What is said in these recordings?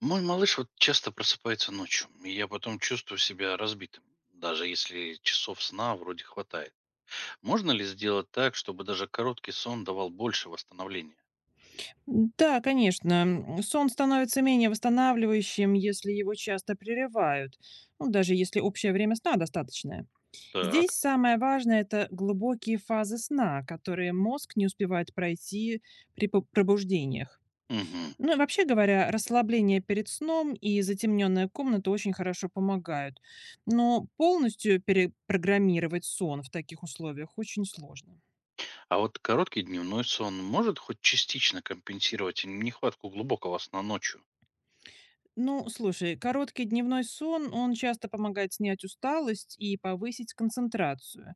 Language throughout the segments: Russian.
Мой малыш вот часто просыпается ночью, и я потом чувствую себя разбитым, даже если часов сна вроде хватает. Можно ли сделать так, чтобы даже короткий сон давал больше восстановления? Да, конечно. Сон становится менее восстанавливающим, если его часто прерывают, ну, даже если общее время сна достаточное. Так. Здесь самое важное– это глубокие фазы сна, которые мозг не успевает пройти при пробуждениях. Мгм. Ну и вообще говоря, расслабление перед сном и затемненная комната очень хорошо помогают. Но полностью перепрограммировать сон в таких условиях очень сложно. А вот короткий дневной сон может хоть частично компенсировать нехватку глубокого сна ночью? Ну, слушай, короткий дневной сон, он часто помогает снять усталость и повысить концентрацию.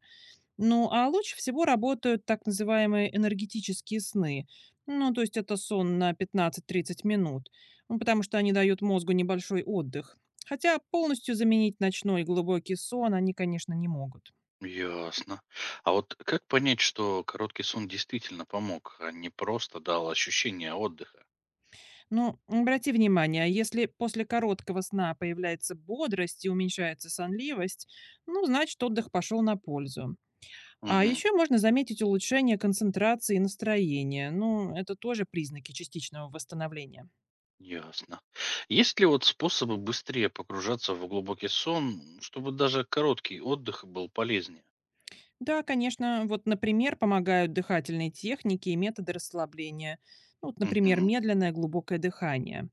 Ну, а лучше всего работают так называемые энергетические сны. Ну, то есть это сон на 15-30 минут, ну, потому что они дают мозгу небольшой отдых. Хотя полностью заменить ночной глубокий сон они, конечно, не могут. Ясно. А вот как понять, что короткий сон действительно помог, а не просто дал ощущение отдыха? Но обрати внимание, если после короткого сна появляется бодрость и уменьшается сонливость, ну, значит, отдых пошел на пользу. А Угу. еще можно заметить улучшение концентрации и настроения. Ну, это тоже признаки частичного восстановления. Ясно. Есть ли вот способы быстрее погружаться в глубокий сон, чтобы даже короткий отдых был полезнее? Да, конечно, вот, например, помогают дыхательные техники и методы расслабления. Ну, вот, например, Мгм. медленное глубокое дыхание.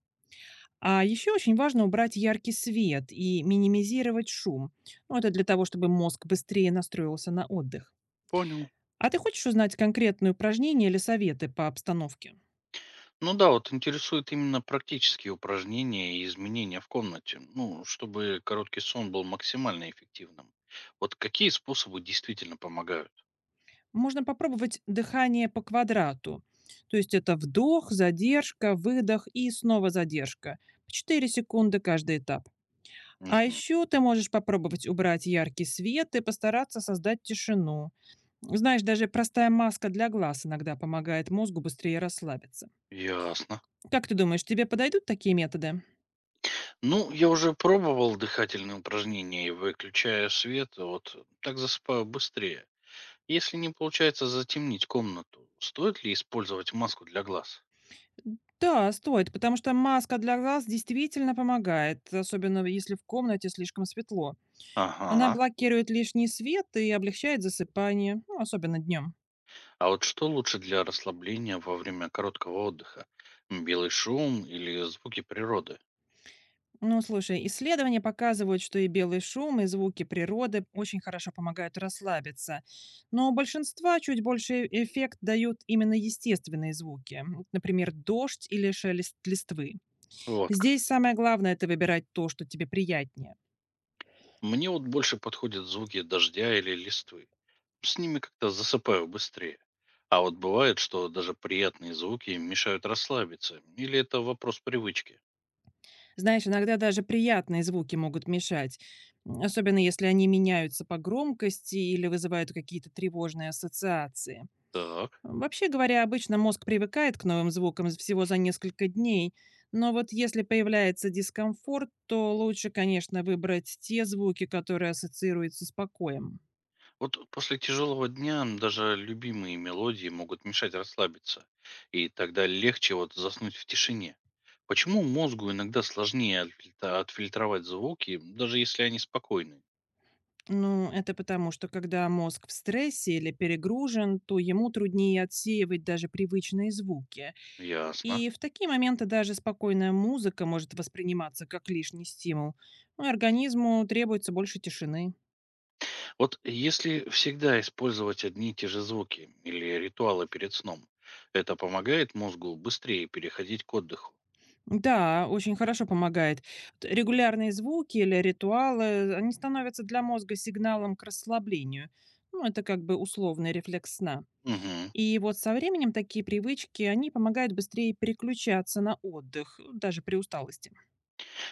А еще очень важно убрать яркий свет и минимизировать шум. Ну, это для того, чтобы мозг быстрее настроился на отдых. Понял. А ты хочешь узнать конкретные упражнения или советы по обстановке? Ну да, вот интересуют именно практические упражнения и изменения в комнате, ну, чтобы короткий сон был максимально эффективным. Вот какие способы действительно помогают? Можно попробовать дыхание по квадрату. То есть это вдох, задержка, выдох и снова задержка. Четыре секунды каждый этап. А Мгм. еще ты можешь попробовать убрать яркий свет и постараться создать тишину. Знаешь, даже простая маска для глаз иногда помогает мозгу быстрее расслабиться. Ясно. Как ты думаешь, тебе подойдут такие методы? Ну, я уже пробовал дыхательные упражнения и выключая свет, вот так засыпаю быстрее. Если не получается затемнить комнату, стоит ли использовать маску для глаз? Да, стоит, потому что маска для глаз действительно помогает, особенно если в комнате слишком светло. Она Ага. блокирует лишний свет и облегчает засыпание, ну, особенно днем. А вот что лучше для расслабления во время короткого отдыха? Белый шум или звуки природы? Ну, слушай, исследования показывают, что и белый шум, и звуки природы очень хорошо помогают расслабиться. Но у большинства чуть больше эффект дают именно естественные звуки, например, дождь или шелест листвы. Вот Здесь как. самое главное– это выбирать то, что тебе приятнее. Мне вот больше подходят звуки дождя или листвы. С ними как-то засыпаю быстрее. А вот бывает, что даже приятные звуки мешают расслабиться. Или это вопрос привычки? Знаешь, иногда даже приятные звуки могут мешать, особенно если они меняются по громкости или вызывают какие-то тревожные ассоциации. Так. Вообще говоря, обычно мозг привыкает к новым звукам всего за несколько дней, но вот если появляется дискомфорт, то лучше, конечно, выбрать те звуки, которые ассоциируются с покоем. Вот после тяжелого дня даже любимые мелодии могут мешать расслабиться, и тогда легче вот заснуть в тишине. Почему мозгу иногда сложнее отфильтровать звуки, даже если они спокойны? Ну, это потому, что когда мозг в стрессе или перегружен, то ему труднее отсеивать даже привычные звуки. Ясно. И в такие моменты даже спокойная музыка может восприниматься как лишний стимул. Ну, и организму требуется больше тишины. Вот если всегда использовать одни и те же звуки или ритуалы перед сном, это помогает мозгу быстрее переходить к отдыху. Да, очень хорошо помогает. Т Регулярные звуки или ритуалы, они становятся для мозга сигналом к расслаблению. Ну, это как бы условный рефлекс сна. Угу. И вот со временем такие привычки, они помогают быстрее переключаться на отдых, даже при усталости.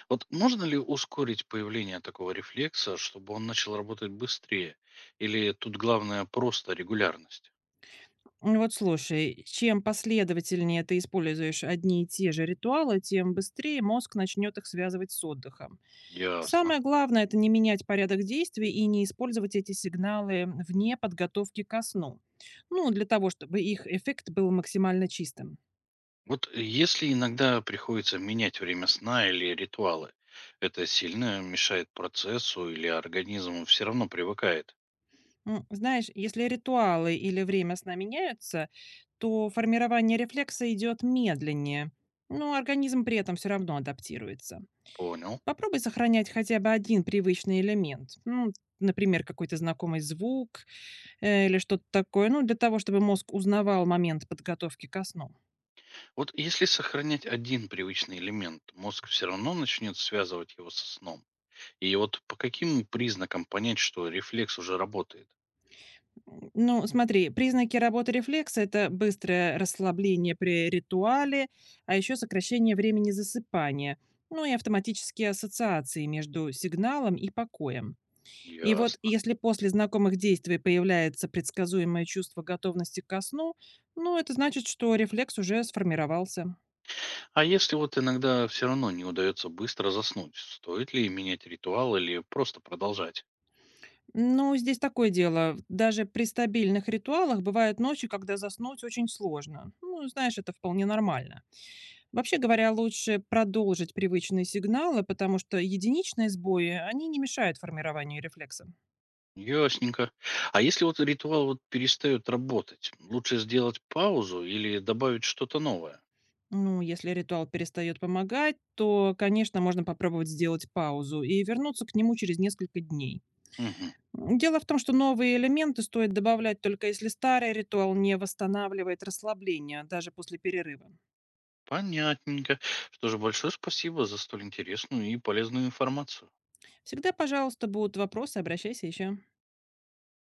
Вот можно ли ускорить появление такого рефлекса, чтобы он начал работать быстрее? Или тут главное просто регулярность? Вот слушай, чем последовательнее ты используешь одни и те же ритуалы, тем быстрее мозг начнет их связывать с отдыхом. Ясно. Самое главное– это не менять порядок действий и не использовать эти сигналы вне подготовки ко сну. Ну, для того, чтобы их эффект был максимально чистым. Вот если иногда приходится менять время сна или ритуалы, это сильно мешает процессу или организм все равно привыкает? Знаешь, если ритуалы или время сна меняются, то формирование рефлекса идет медленнее, но организм при этом все равно адаптируется. Понял. Попробуй сохранять хотя бы один привычный элемент, ну, например, какой-то знакомый звук, или что-то такое, ну, для того, чтобы мозг узнавал момент подготовки ко сну. Вот если сохранять один привычный элемент, мозг все равно начнет связывать его со сном. И вот по каким признакам понять, что рефлекс уже работает? Ну, смотри, признаки работы рефлекса– это быстрое расслабление при ритуале, а еще сокращение времени засыпания, ну и автоматические ассоциации между сигналом и покоем. И вот Ясно. если после знакомых действий появляется предсказуемое чувство готовности ко сну, ну, это значит, что рефлекс уже сформировался. А если вот иногда все равно не удается быстро заснуть, стоит ли менять ритуал или просто продолжать? Ну, здесь такое дело. Даже при стабильных ритуалах бывают ночи, когда заснуть очень сложно. Ну, знаешь, это вполне нормально. Вообще говоря, лучше продолжить привычные сигналы, потому что единичные сбои, они не мешают формированию рефлекса. Ясненько. А если вот ритуал вот перестает работать, лучше сделать паузу или добавить что-то новое? Ну, если ритуал перестает помогать, то, конечно, можно попробовать сделать паузу и вернуться к нему через несколько дней. Мгм. Дело в том, что новые элементы стоит добавлять только если старый ритуал не восстанавливает расслабление даже после перерыва. Понятненько. Что же, большое спасибо за столь интересную и полезную информацию. Всегда, пожалуйста, будут вопросы, обращайся еще.